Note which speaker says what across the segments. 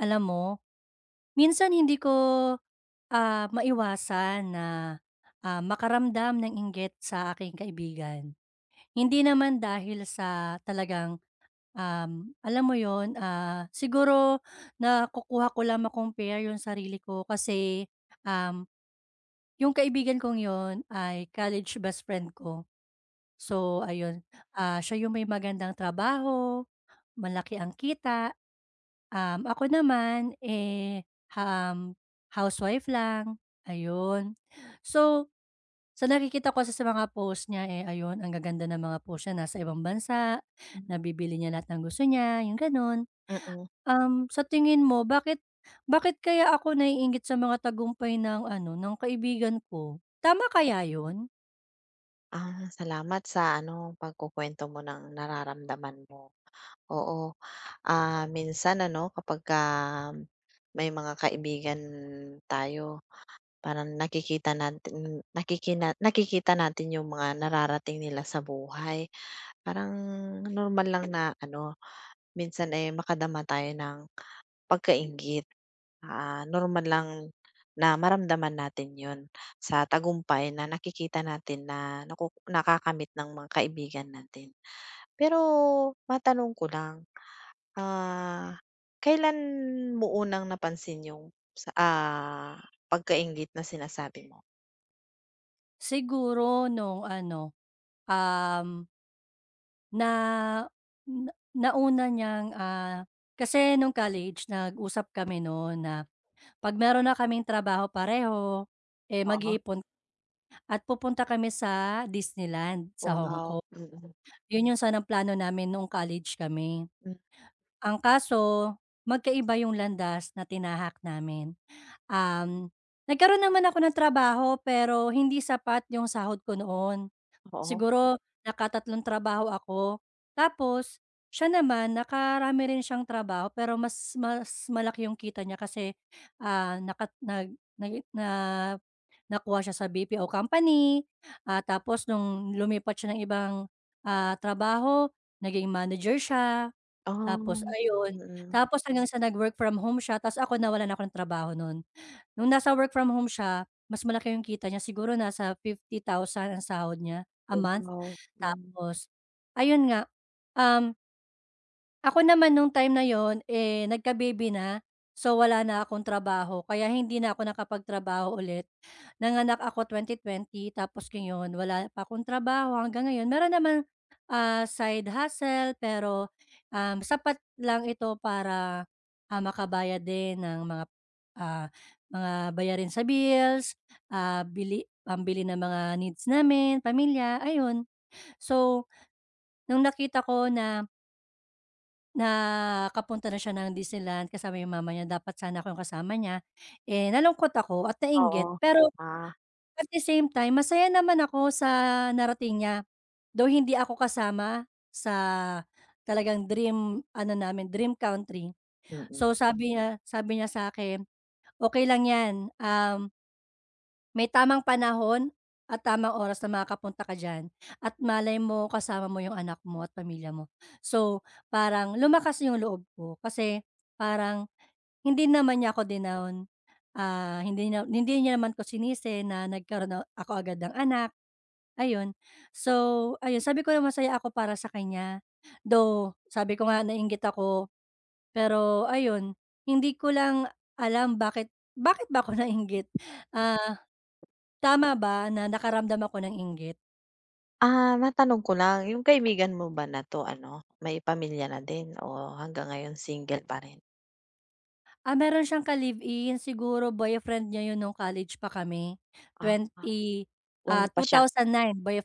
Speaker 1: Alam mo, minsan hindi ko, maiwasan na, makaramdam ng inggit sa aking kaibigan. Hindi naman dahil sa talagang, alam mo yon siguro nakukuha ko lang ma-compare 'yung sarili ko kasi, um, 'yung kaibigan kong yon ay college best friend ko. So ayun, siya 'yung may magandang trabaho. Malaki ang kita. Ako naman, eh, um, housewife lang, ayun. So, sa nakikita ko kasi sa mga post niya, eh, ayun ang gaganda ng mga post niya, nasa ibang bansa,
Speaker 2: Hmm,
Speaker 1: nabibili niya lahat ng gusto niya, yung gano'n.
Speaker 2: mm.
Speaker 1: Sa tingin mo bakit bakit kaya ako naiinggit sa mga tagumpay ng ano, ng kaibigan ko? Tama kaya yun?
Speaker 2: Ah, salamat sa ano, pagkukuwento mo ng nararamdaman mo. Oo, minsan ano kapagka may mga kaibigan tayo, parang nakikita natin yung mga nararating nila sa buhay. Parang normal lang na ano, minsan, ay makadama tayo ng pagkainggit. Ah, normal lang na maramdaman natin 'yun sa tagumpay na nakikita natin na naku nakakamit ng mga kaibigan natin. Pero matanong ko lang, ah, kailan mo unang napansin yung sa, ah, pagkainggit na sinasabi mo?
Speaker 1: Siguro nung ano, um Na na nauna niyang, kasi nung college nag-usap kami no'n na 'pag meron na kaming trabaho pareho, eh,
Speaker 2: Oo,
Speaker 1: mag-iipon at pupunta kami sa Disneyland sa Hong
Speaker 2: wow,
Speaker 1: Kong.
Speaker 2: mm-mm, mm.
Speaker 1: 'Yun 'yung sanang plano namin noong college kami.
Speaker 2: Hmm.
Speaker 1: Ang kaso, magkaiba 'yung landas na tinahak namin. Um, nagkaroon naman ako ng trabaho pero hindi sapat 'yung sahod ko noon.
Speaker 2: Oo.
Speaker 1: Siguro nakatatlong trabaho ako, tapos siya naman nakarami rin siyang trabaho pero mas mas malaki yung kita niya kasi, ah, nakat nag nag na nakuha siya sa BPO company, tapos nung lumipat siya ng ibang, trabaho naging manager siya, tapos
Speaker 2: Um.
Speaker 1: ayun,
Speaker 2: Mm.
Speaker 1: tapos hanggang sa nag-work from home siya tapos ako nawalan ako ng trabaho noon. Nung nasa work from home siya, mas malaki yung kita niya siguro nasa 50,000 ang sahod niya a month.
Speaker 2: Wow, hmm,
Speaker 1: Tapos ayun nga, um, ako naman nung time na yon, eh, nagka-baby na. So, wala na akong trabaho kaya hindi na ako nakapagtrabaho ulit. Nanganak ako 2020 tapos ngayon wala pa akong trabaho hanggang ngayon. Meron naman, side hustle pero, sapat lang ito para, makabayad din ng ah, mga bayarin sa bills, ah, bili pambili ng mga needs namin, pamilya, ayun. So, nung nakita ko na nakapunta na siya ng Disneyland kasama yung mama niya, dapat sana ako yung kasama niya. Eh, nalungkot ako at
Speaker 2: oo,
Speaker 1: nainggit pero
Speaker 2: ah.
Speaker 1: at the same time masaya naman ako sa narating niya. Though hindi ako kasama sa talagang dream ano namin, dream country.
Speaker 2: Mm.
Speaker 1: So sabi niya sa'kin, "Okey lang 'yan. um" May tamang panahon at tamang oras na makakapunta ka diyan at malay mo kasama mo yung anak mo at pamilya mo. So, parang lumakas yung loob ko kasi parang hindi naman niya ako dinown, hindi niya naman ko sinisi na nagkaroon na ako agad ng anak, ayun. So, ayun sabi ko na masaya ako para sa kanya, though sabi ko nga nainggit ako, pero ayun, hindi ko lang alam bakit bakit ba ako nainggit? Ah Tama ba na nakaramdam ako ng inggit?
Speaker 2: Ah, matanong ko lang, yung kaibigan mo ba na 'to ano, may pamilya na din o hanggang ngayon single pa rin?
Speaker 1: Meron siyang ka-live-in, siguro boyfriend niya yun nung college pa kami.
Speaker 2: Ah,
Speaker 1: Twenty
Speaker 2: wala pa siyang
Speaker 1: 2009 boyf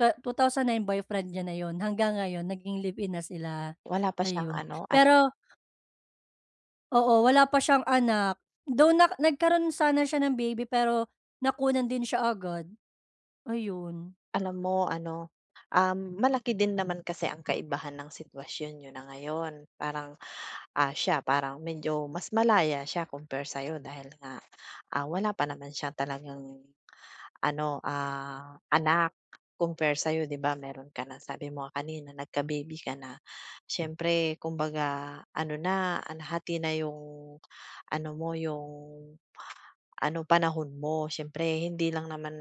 Speaker 1: twe 2009 boyfriend niya na yun, hanggang ngayon naging live-in na sila,
Speaker 2: wala pa siyang
Speaker 1: ayun.
Speaker 2: ano,
Speaker 1: Pero oo, wala pa siyang anak, though nagkaroon sana siya ng baby pero nakunan din siya agad, ayun.
Speaker 2: alam mo ano, malaki din naman kasi ang kaibahan ng sitwasyon yun na ngayon. Parang, siya parang medyo mas malaya siya compare sa'yo dahil nga, wala pa naman siya talagang ano, anak compare sa'yo 'di ba meron ka na sabi mo kanina nagka-baby ka na. Siyempre kumbaga ano na, nahati na yung ano mo, yung ano panahon mo. Siyempre hindi lang naman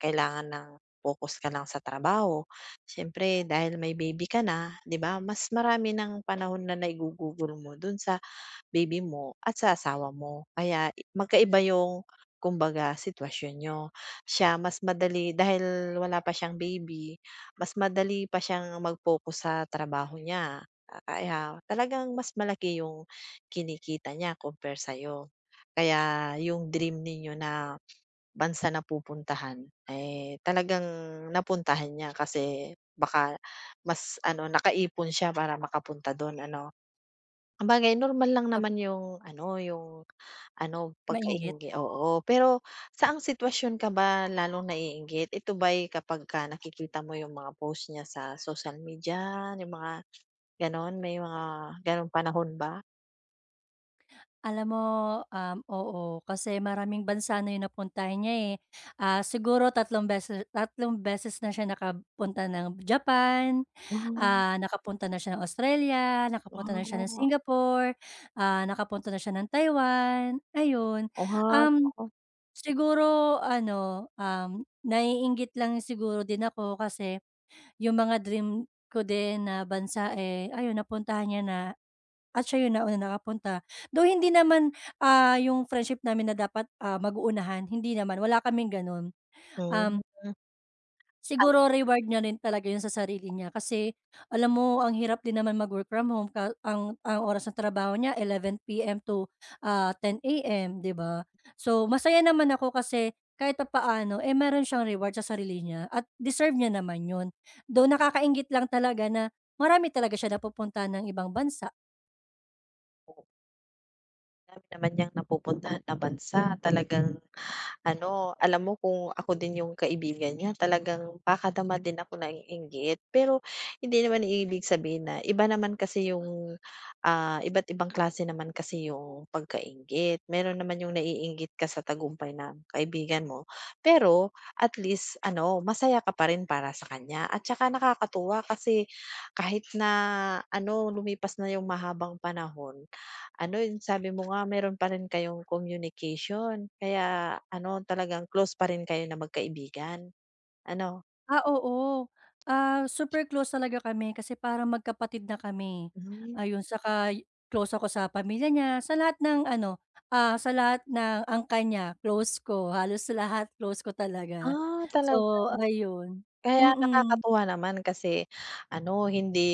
Speaker 2: kailangan ng focus ka lang sa trabaho. Siyempre dahil may baby ka na 'di ba mas marami ng panahon na naigugugol mo dun sa baby mo at sa asawa mo. Kaya magkaiba yung kumbaga sitwasyon niyo. Siya mas madali dahil wala pa siyang baby, mas madali pa siyang mag-focus sa trabaho niya. Ah, kaya talagang mas malaki yung kinikita niya compare sa'yo. Kaya yung dream ninyo na bansa na pupuntahan, eh, talagang napuntahan niya kasi baka mas ano, nakaipon siya para makapunta dun ano. Sabagay normal lang
Speaker 1: Ab
Speaker 2: naman yung ano,
Speaker 1: mainggit?
Speaker 2: oo. Pero saang sitwasyon ka ba lalong naiinggit? Ito ba'y kapagka nakikita mo yung mga post niya sa social media, yung mga gano'n? May mga gano'ng panahon ba?
Speaker 1: Alam mo, oo, kasi maraming bansa na yung napuntahan niya, eh. Siguro tatlong beses na siya nakapunta ng Japan,
Speaker 2: Hmm,
Speaker 1: nakapunta na siya ng Australia, nakapunta na siya ng
Speaker 2: ah,
Speaker 1: Singapore, nakapunta na siya ng Taiwan, ayun.
Speaker 2: wow,
Speaker 1: Um, Siguro ano, naiinggit lang siguro din ako kasi yung mga dream ko din na bansa, eh, ayun napuntahan niya na at siya yung nauna nakapunta. Though hindi naman, yung friendship namin na dapat, mag-uunahan, hindi naman, wala kaming gano'n. Um,
Speaker 2: hmm.
Speaker 1: Siguro reward niya rin talaga yun sa sarili niya kasi alam mo ang hirap din naman mag-work from home ka ang oras ng trabaho niya 11:00 p.m. to, 10:00 a.m., 'di ba? So, masaya naman ako kasi kahit papaano, eh, meron siyang reward sa sarili niya at deserve niya naman yun. Though nakakainggit lang talaga na marami talaga siya napupuntahan ng ibang bansa.
Speaker 2: An Dami naman niyang napupuntahan na bansa, talagang ano, alam mo kung ako din yung kaibigan niya talagang pakadama din ako ng inggit. Pero hindi naman ibig sabihin na iba naman kasi yung, iba't ibang klase naman kasi yung pagkainggit. Meron naman yung naiinggit ka sa tagumpay ng kaibigan mo, pero at least ano, masaya ka pa rin para sa kanya at saka nakakatuwa kasi kahit na ano, lumipas na yung mahabang panahon ano, yung sabi mo nga meron pa rin kayong communication, kaya ano, talagang close pa rin kayo na magkaibigan, ano?
Speaker 1: Oo. Super close talaga kami kasi parang magkapatid na kami.
Speaker 2: Hmm.
Speaker 1: Ayun, saka close ako sa pamilya niya, sa lahat ng ano, sa lahat ng angkan niya close ko, halos sa lahat close ko talaga.
Speaker 2: Ah, talaga.
Speaker 1: So, ayun.
Speaker 2: Kaya
Speaker 1: Mm.
Speaker 2: nakakatuwa naman kasi ano, hindi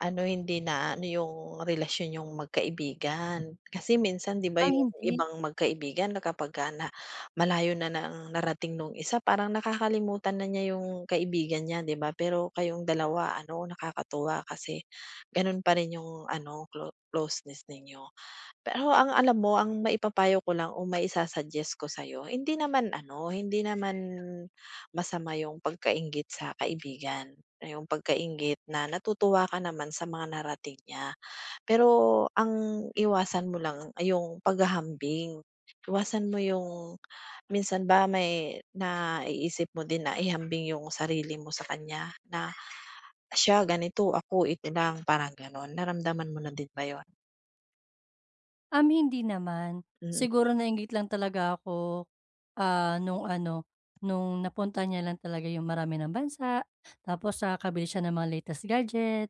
Speaker 2: ano, hindi na ano yung relasyon yung magkaibigan. Kasi minsan 'di ba
Speaker 1: Ah,
Speaker 2: yung
Speaker 1: hindi?
Speaker 2: ibang magkaibigan na kapagka na malayo na nang narating nung isa parang nakakalimutan na niya yung kaibigan niya 'di ba? Pero kayong dalawa ano, nakakatuwa kasi ganun pa rin yung ano, closeness ninyo. Pero ang alam mo, ang maipapayo ko lang o maisa-suggest ko sa'yo, hindi naman ano, hindi naman masama yung pagkainggit sa kaibigan. Yung pagkainggit na natutuwa ka naman sa mga narating niya. Pero ang iwasan mo lang ay yung paghahambing. Iwasan mo yung minsan ba may naiisip mo din na ihambing yung sarili mo sa kanya na siya ganito, ako ito lang, parang ganon. Naramdaman mo na din ba yun?
Speaker 1: Hindi naman.
Speaker 2: Mm,
Speaker 1: Siguro nainggit lang talaga ako, nung ano, nung napunta niya lang talaga yung marami ng bansa, tapos nakakabili siya ng mga latest gadget,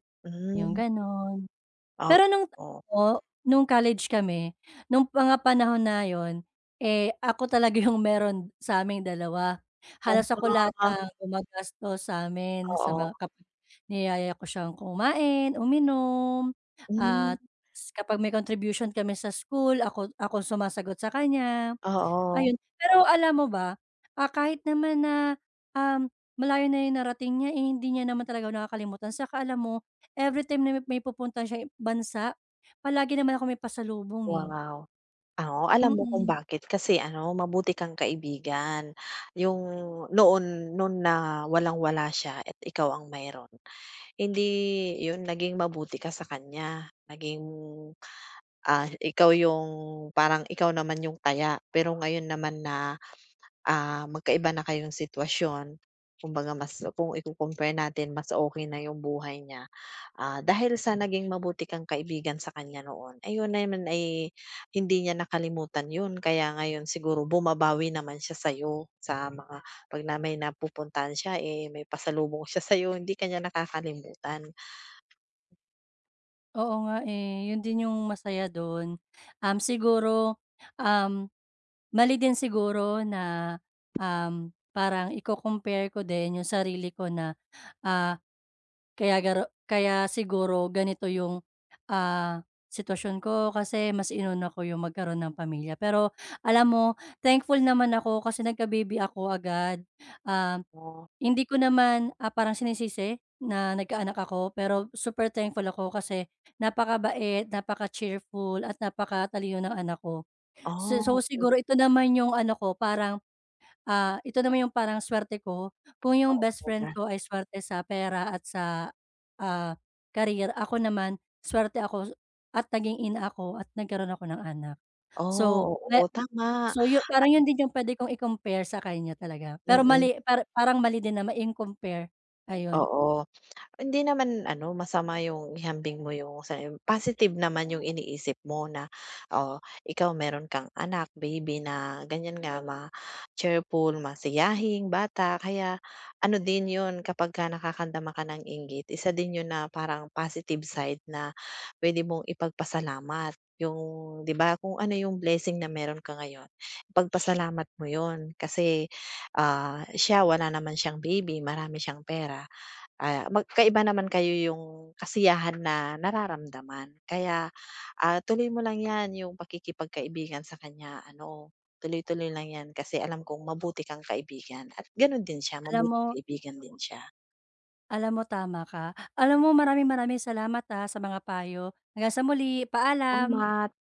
Speaker 1: yung
Speaker 2: hmm,
Speaker 1: gano'n. Pero nung
Speaker 2: oo.
Speaker 1: ano, nung college kami, nung mga panahon na yun, eh, ako talaga yung meron sa aming dalawa. Halos ako lahat
Speaker 2: Tama,
Speaker 1: ang gumagastos sa'min sa
Speaker 2: oo.
Speaker 1: mga kapag niyaya ko siyang kumain, uminom
Speaker 2: Hmm,
Speaker 1: at kapag may contribution kami sa school, ako ako sumasagot sa kanya.
Speaker 2: oo,
Speaker 1: Ayun. Pero alam mo ba, kahit naman na, um, malayo na yung narating niya, eh, hindi niya naman talaga ako nakakalimutan. Saka alam mo, everytime na may pupunta siya bansa, palagi naman ako may pasalubong, eh.
Speaker 2: wow. Oo, alam mo kung
Speaker 1: Mm.
Speaker 2: bakit kasi ano, mabuti kang kaibigan. Yung noon noon na walang-wala siya at ikaw ang mayroon hindi 'yun naging mabuti ka sa kanya, naging, ikaw yung parang ikaw naman yung taya. Pero ngayon naman na, magkaiba na kayong sitwasyon, kumbaga mas kung iko-compare natin mas okay na yung buhay niya. Ah, dahil sa naging mabuti kang kaibigan sa kanya noon, ayun naman ay hindi niya nakalimutan yun kaya ngayon siguro bumabawi naman siya sa'yo sa mga 'pag na may napupuntahan siya, eh, may pasalubong siya sa'yo hindi ka niya nakakalimutan.
Speaker 1: Oo nga, eh. Yun din yung masaya dun. Siguro, um, mali din siguro na, parang iko-compare ko din yung sarili ko na, ah kaya garo kaya siguro ganito yung, sitwasyon ko kasi mas inuna ko yung magkaroon ng pamilya. Pero alam mo, thankful naman ako kasi nagka-baby ako agad. Um,
Speaker 2: Oh,
Speaker 1: Hindi ko naman, parang sinisisi na nagkaanak ako pero super thankful ako kasi napakabait, napaka-cheerful at napakatalino ng anak ko. So
Speaker 2: oh, mm,
Speaker 1: siguro ito naman yung ano ko parang, ito naman yung parang suwerte ko, kung yung best
Speaker 2: oo nga.
Speaker 1: friend ko ay suwerte sa pera at sa, ah, career, ako naman suwerte ako at naging ina ako at nagkaroon ako ng anak. So,
Speaker 2: Oh,
Speaker 1: me
Speaker 2: oo, tama
Speaker 1: so yu
Speaker 2: at
Speaker 1: parang yun din yung puwede kong i-compare sa kanya talaga.
Speaker 2: mm,
Speaker 1: Pero mali
Speaker 2: mm,
Speaker 1: parang mali din naman i-compare, ayun.
Speaker 2: oo. Hindi naman ano, masama yung ihambing mo yung sa positive naman yung iniisip mo na, oh, ikaw meron kang anak, baby na ganyan nga ma-cheerful, masiyahing bata kaya ano din yun kapagka nakakandama ka ng inggit, isa din yun na parang positive side na pwede mong ipagpasalamat. Yung 'di ba kung ano yung blessing na meron ka ngayon, ipagpasalamat mo yun kasi, siya wala naman siyang baby, marami siyang pera. Ah, magkaiba naman kayo yung kasiyahan na nararamdaman. Kaya, tuloy mo lang 'yan yung pakikipagkaibigan sa kanya ano, tuloy-tuloy lang 'yan kasi alam kong mabuti kang kaibigan at gano'n din siya,
Speaker 1: Alam mo
Speaker 2: mabuting kaibigan din siya.
Speaker 1: Alam mo tama ka. Alam mo maraming maraming salamat, sa mga payo. Hanggang sa muli, paalam.
Speaker 2: Salamat.